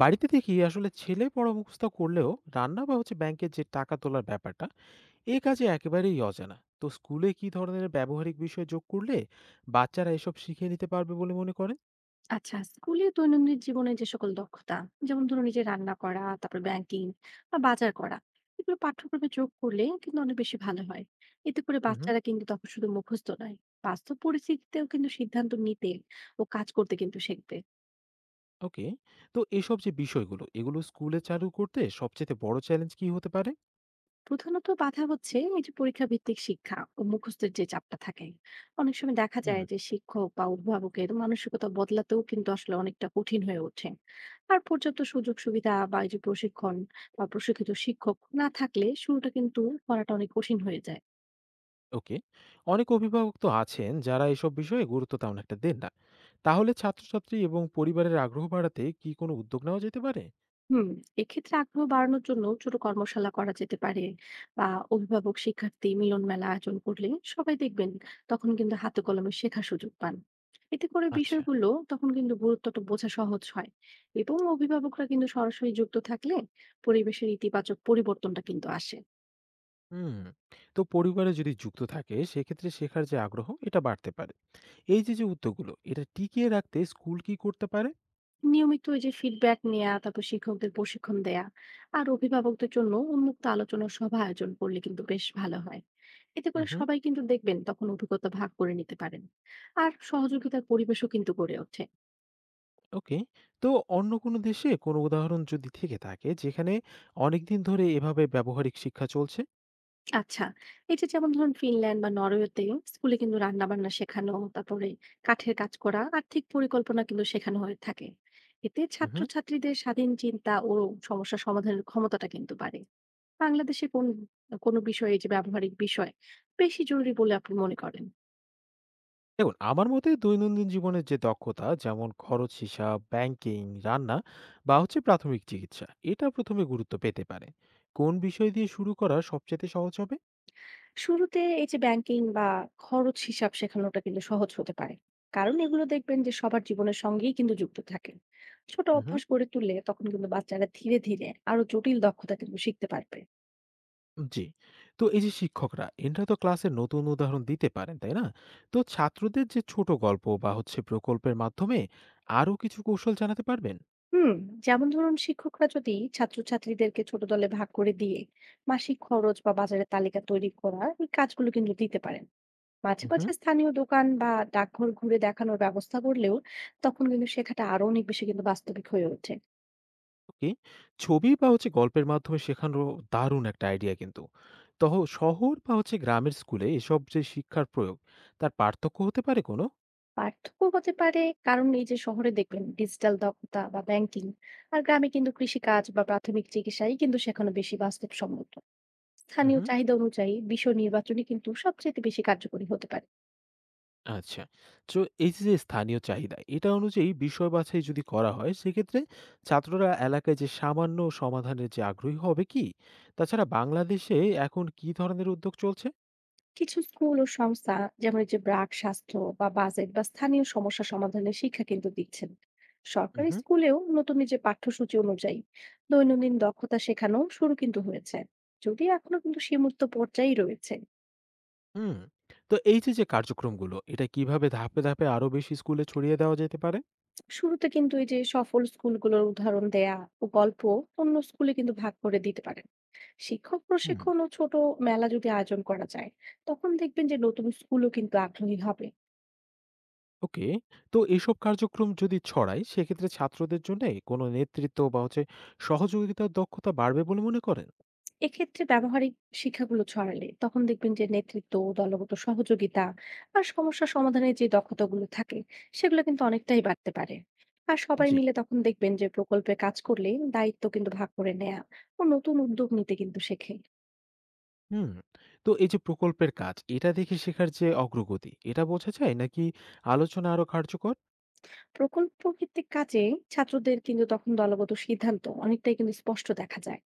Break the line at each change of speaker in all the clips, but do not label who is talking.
বাড়িতে দেখি আসলে ছেলে বড় মুখস্থ করলেও রান্না বা হচ্ছে ব্যাংকের যে টাকা তোলার ব্যাপারটা এ কাজে একেবারেই অজানা। তো স্কুলে কি ধরনের ব্যবহারিক বিষয় যোগ করলে বাচ্চারা এসব শিখে নিতে পারবে বলে মনে করেন?
আচ্ছা, স্কুলে দৈনন্দিন জীবনে যে সকল দক্ষতা, যেমন ধরুন এই যে রান্না করা, তারপর ব্যাংকিং বা বাজার করা, এগুলো পাঠ্যক্রমে যোগ করলে কিন্তু অনেক বেশি ভালো হয়। এতে করে
হুম।
বাচ্চারা কিন্তু তখন শুধু মুখস্থ নয়, বাস্তব পরিস্থিতিতেও কিন্তু সিদ্ধান্ত নিতে ও কাজ করতে কিন্তু শিখবে।
ওকে। তো এসব যে বিষয়গুলো এগুলো স্কুলে চালু করতে সবচেয়ে বড় চ্যালেঞ্জ কি হতে পারে?
প্রধানত বাধা হচ্ছে এই যে পরীক্ষা ভিত্তিক শিক্ষা ও মুখস্থের যে চাপটা থাকে। অনেক সময় দেখা
হুম।
যায় যে শিক্ষক বা অভিভাবকের মানসিকতা বদলাতেও কিন্তু আসলে অনেকটা কঠিন হয়ে ওঠে। আর পর্যাপ্ত সুযোগ সুবিধা বা এই যে প্রশিক্ষণ বা প্রশিক্ষিত শিক্ষক না থাকলে শুরুটা কিন্তু করাটা অনেক কঠিন হয়ে যায়।
ওকে। অনেক অভিভাবক তো আছেন যারা এসব বিষয়ে গুরুত্ব তেমন একটা দেন না। তাহলে ছাত্রছাত্রী এবং পরিবারের আগ্রহ বাড়াতে কি কোনো উদ্যোগ নেওয়া যেতে পারে?
হুম। এক্ষেত্রে আগ্রহ বাড়ানোর জন্য ছোট কর্মশালা করা যেতে পারে, বা অভিভাবক শিক্ষার্থী মিলন মেলা আয়োজন করলে সবাই দেখবেন তখন কিন্তু হাতে কলমে শেখার সুযোগ পান। এতে করে
আচ্ছা।
বিষয়গুলো তখন কিন্তু গুরুত্বটা বোঝা সহজ হয়, এবং অভিভাবকরা কিন্তু সরাসরি যুক্ত থাকলে পরিবেশের ইতিবাচক পরিবর্তনটা কিন্তু আসে।
হুম। তো পরিবারে যদি যুক্ত থাকে সেক্ষেত্রে শেখার যে আগ্রহ এটা বাড়তে পারে। এই যে যে উদ্যোগগুলো এটা টিকিয়ে রাখতে স্কুল কি করতে পারে?
নিয়মিত ওই যে ফিডব্যাক নেওয়া, তারপর শিক্ষকদের প্রশিক্ষণ দেয়া, আর অভিভাবকদের জন্য উন্মুক্ত আলোচনা সভা আয়োজন করলে কিন্তু বেশ ভালো হয়। এতে করে
হুম।
সবাই কিন্তু দেখবেন তখন অভিজ্ঞতা ভাগ করে নিতে পারেন, আর সহযোগিতার পরিবেশও কিন্তু গড়ে ওঠে।
ওকে। তো অন্য কোনো দেশে কোনো উদাহরণ যদি থেকে থাকে যেখানে অনেকদিন ধরে এভাবে ব্যবহারিক শিক্ষা চলছে?
আচ্ছা, এই যে যেমন ধরুন ফিনল্যান্ড বা নরওয়েতে স্কুলে কিন্তু রান্না বান্না শেখানো, তারপরে কাঠের কাজ করা, আর্থিক পরিকল্পনা কিন্তু শেখানো হয়ে থাকে। এতে
হুম।
ছাত্রছাত্রীদের স্বাধীন চিন্তা ও সমস্যা সমাধানের ক্ষমতাটা কিন্তু বাড়ে। বাংলাদেশে কোনো বিষয়ে এই যে ব্যবহারিক বিষয় বেশি জরুরি বলে আপনি মনে করেন?
দেখুন আমার মতে দৈনন্দিন জীবনের যে দক্ষতা, যেমন খরচ হিসাব, ব্যাংকিং, রান্না বা হচ্ছে প্রাথমিক চিকিৎসা, এটা প্রথমে গুরুত্ব পেতে পারে। কোন বিষয় দিয়ে শুরু করা সবচেয়ে সহজ হবে?
শুরুতে এই যে ব্যাংকিং বা খরচ হিসাব শেখানোটা কিন্তু সহজ হতে পারে, কারণ এগুলো দেখবেন যে সবার জীবনের সঙ্গেই কিন্তু যুক্ত থাকে। ছোট
হুম।
অভ্যাস গড়ে তুললে তখন কিন্তু বাচ্চারা ধীরে ধীরে আরো জটিল দক্ষতা কিন্তু শিখতে পারবে।
জি। তো এই যে শিক্ষকরা, এনারা তো ক্লাসে নতুন উদাহরণ দিতে পারেন, তাই না? তো ছাত্রদের যে ছোট গল্প বা হচ্ছে প্রকল্পের মাধ্যমে আরো কিছু কৌশল জানাতে পারবেন?
হুম। যেমন ধরুন শিক্ষকরা যদি ছাত্রছাত্রীদেরকে ছোট দলে ভাগ করে দিয়ে মাসিক খরচ বা বাজারের তালিকা তৈরি করার এই কাজগুলো কিন্তু দিতে পারে। মাঝে মাঝে
উহুম।
স্থানীয় দোকান বা ডাকঘর ঘুরে দেখানোর ব্যবস্থা করলেও তখন কিন্তু শেখাটা আরো অনেক বেশি কিন্তু বাস্তবিক হয়ে ওঠে।
ওকে। ছবি বা হচ্ছে গল্পের মাধ্যমে শেখানোর দারুণ একটা আইডিয়া কিন্তু। তহ শহর বা হচ্ছে গ্রামের স্কুলে এসব যে শিক্ষার প্রয়োগ, তার পার্থক্য হতে পারে কোনো?
পার্থক্য হতে পারে, কারণ এই যে শহরে দেখবেন ডিজিটাল দক্ষতা বা ব্যাংকিং, আর গ্রামে কিন্তু কৃষিকাজ বা প্রাথমিক চিকিৎসাই কিন্তু শেখানো বেশি বাস্তবসম্মত। স্থানীয়
উহু।
চাহিদা অনুযায়ী বিষয় নির্বাচনই কিন্তু সবচেয়ে বেশি কার্যকরী হতে পারে।
আচ্ছা। তো এই যে, যে স্থানীয় চাহিদা, এটা অনুযায়ী বিষয় বাছাই যদি করা হয়, সেক্ষেত্রে ছাত্ররা এলাকায় যে সামান্য সমাধানের যে আগ্রহী হবে কি? তাছাড়া বাংলাদেশে এখন কি ধরনের উদ্যোগ চলছে?
কিছু স্কুল ও সংস্থা, যেমন এই যে ব্রাক, স্বাস্থ্য বা বাজেট বা স্থানীয় সমস্যা সমাধানের শিক্ষা কিন্তু দিচ্ছেন। সরকারি
উহু।
স্কুলেও নতুন এই যে পাঠ্যসূচি অনুযায়ী দৈনন্দিন দক্ষতা শেখানো শুরু কিন্তু হয়েছে, যদি এখনো কিন্তু সীমিত পর্যায়েই রয়েছে।
হুম। তো এই যে, যে কার্যক্রমগুলো, এটা কিভাবে ধাপে ধাপে আরো বেশি স্কুলে ছড়িয়ে দেওয়া যেতে পারে?
শুরুতে কিন্তু এই যে সফল স্কুলগুলোর উদাহরণ দেয়া ও গল্প অন্য স্কুলে কিন্তু ভাগ করে দিতে পারেন। শিক্ষক
হুম।
প্রশিক্ষণ ও ছোট মেলা যদি আয়োজন করা যায়, তখন দেখবেন যে নতুন স্কুলও কিন্তু আগ্রহী হবে।
ওকে। তো এসব কার্যক্রম যদি ছড়ায়, সেক্ষেত্রে ছাত্রদের জন্যে কোনো নেতৃত্ব বা হচ্ছে সহযোগিতার দক্ষতা বাড়বে বলে মনে করেন?
এক্ষেত্রে ব্যবহারিক শিক্ষাগুলো ছড়ালে তখন দেখবেন যে নেতৃত্ব, দলগত সহযোগিতা, আর সমস্যা সমাধানের যে দক্ষতাগুলো থাকে সেগুলো কিন্তু অনেকটাই বাড়তে পারে। আর সবাই
জি।
মিলে তখন দেখবেন যে প্রকল্পে কাজ করলে দায়িত্ব কিন্তু ভাগ করে নেয়া ও নতুন উদ্যোগ নিতে কিন্তু শেখে।
হুম। তো এই যে প্রকল্পের কাজ, এটা দেখে শেখার যে অগ্রগতি, এটা বোঝা যায় নাকি আলোচনা আরো কার্যকর?
প্রকল্প ভিত্তিক কাজে ছাত্রদের কিন্তু তখন দলগত সিদ্ধান্ত অনেকটাই কিন্তু স্পষ্ট দেখা যায়।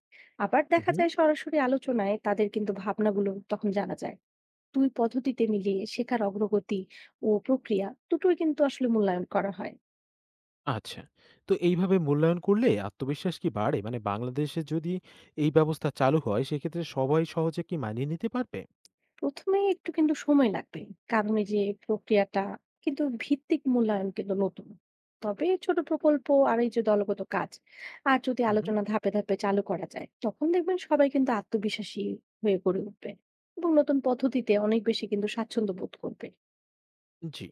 আবার
উম
দেখা
হুম।
যায় সরাসরি আলোচনায় তাদের কিন্তু ভাবনাগুলো তখন জানা যায়। দুই পদ্ধতিতে মিলিয়ে শেখার অগ্রগতি ও প্রক্রিয়া দুটোই কিন্তু আসলে মূল্যায়ন করা হয়।
আচ্ছা। তো এইভাবে মূল্যায়ন করলে আত্মবিশ্বাস কি বাড়ে? মানে বাংলাদেশে যদি এই ব্যবস্থা চালু হয়, সেক্ষেত্রে সবাই সহজে কি মানিয়ে নিতে পারবে?
প্রথমে একটু কিন্তু সময় লাগবে, কারণ এই যে প্রক্রিয়াটা কিন্তু ভিত্তিক মূল্যায়ন কিন্তু নতুন। তবে ছোট প্রকল্প আর এই যে দলগত কাজ আর যদি
উম হুম।
আলোচনা ধাপে ধাপে চালু করা যায়, তখন দেখবেন সবাই কিন্তু আত্মবিশ্বাসী হয়ে গড়ে উঠবে এবং নতুন পদ্ধতিতে অনেক বেশি কিন্তু স্বাচ্ছন্দ্য বোধ করবে।
জি।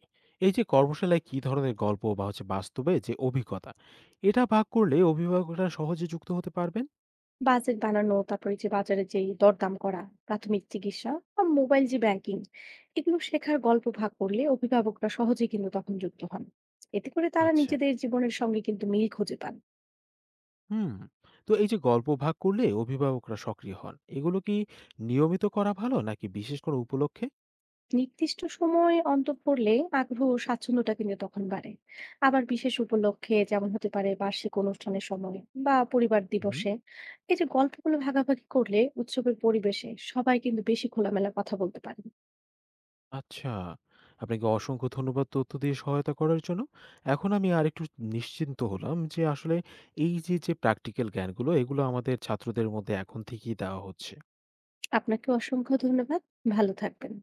এই যে কর্মশালায় কি ধরনের গল্প বা হচ্ছে বাস্তবে যে অভিজ্ঞতা, এটা ভাগ করলে অভিভাবকরা সহজে যুক্ত হতে পারবেন?
বাজেট বানানো, তারপরে যে বাজারে যে দরদাম করা, প্রাথমিক চিকিৎসা বা মোবাইল যে ব্যাংকিং, এগুলো শেখার গল্প ভাগ করলে অভিভাবকরা সহজেই কিন্তু তখন যুক্ত হন। এতে করে তারা
আচ্ছা।
নিজেদের জীবনের সঙ্গে কিন্তু মিল খুঁজে পান।
হুম। তো এই যে গল্প ভাগ করলে অভিভাবকরা সক্রিয় হন, এগুলো কি নিয়মিত করা ভালো নাকি বিশেষ কোনো উপলক্ষে?
নির্দিষ্ট সময় অন্তর পড়লে আগ্রহ ও স্বাচ্ছন্দ্যটা কিন্তু তখন বাড়ে। আবার বিশেষ উপলক্ষে, যেমন হতে পারে বার্ষিক অনুষ্ঠানের সময় বা পরিবার
হুম।
দিবসে, এই যে গল্পগুলো ভাগাভাগি করলে উৎসবের পরিবেশে সবাই কিন্তু বেশি খোলামেলা কথা বলতে পারেন।
আচ্ছা। আপনাকে অসংখ্য ধন্যবাদ তথ্য দিয়ে সহায়তা করার জন্য। এখন আমি আরেকটু নিশ্চিন্ত হলাম যে আসলে এই যে যে প্র্যাকটিক্যাল জ্ঞানগুলো এগুলো আমাদের ছাত্রদের মধ্যে এখন থেকেই দেওয়া হচ্ছে।
আপনাকে অসংখ্য ধন্যবাদ। ভালো থাকবেন।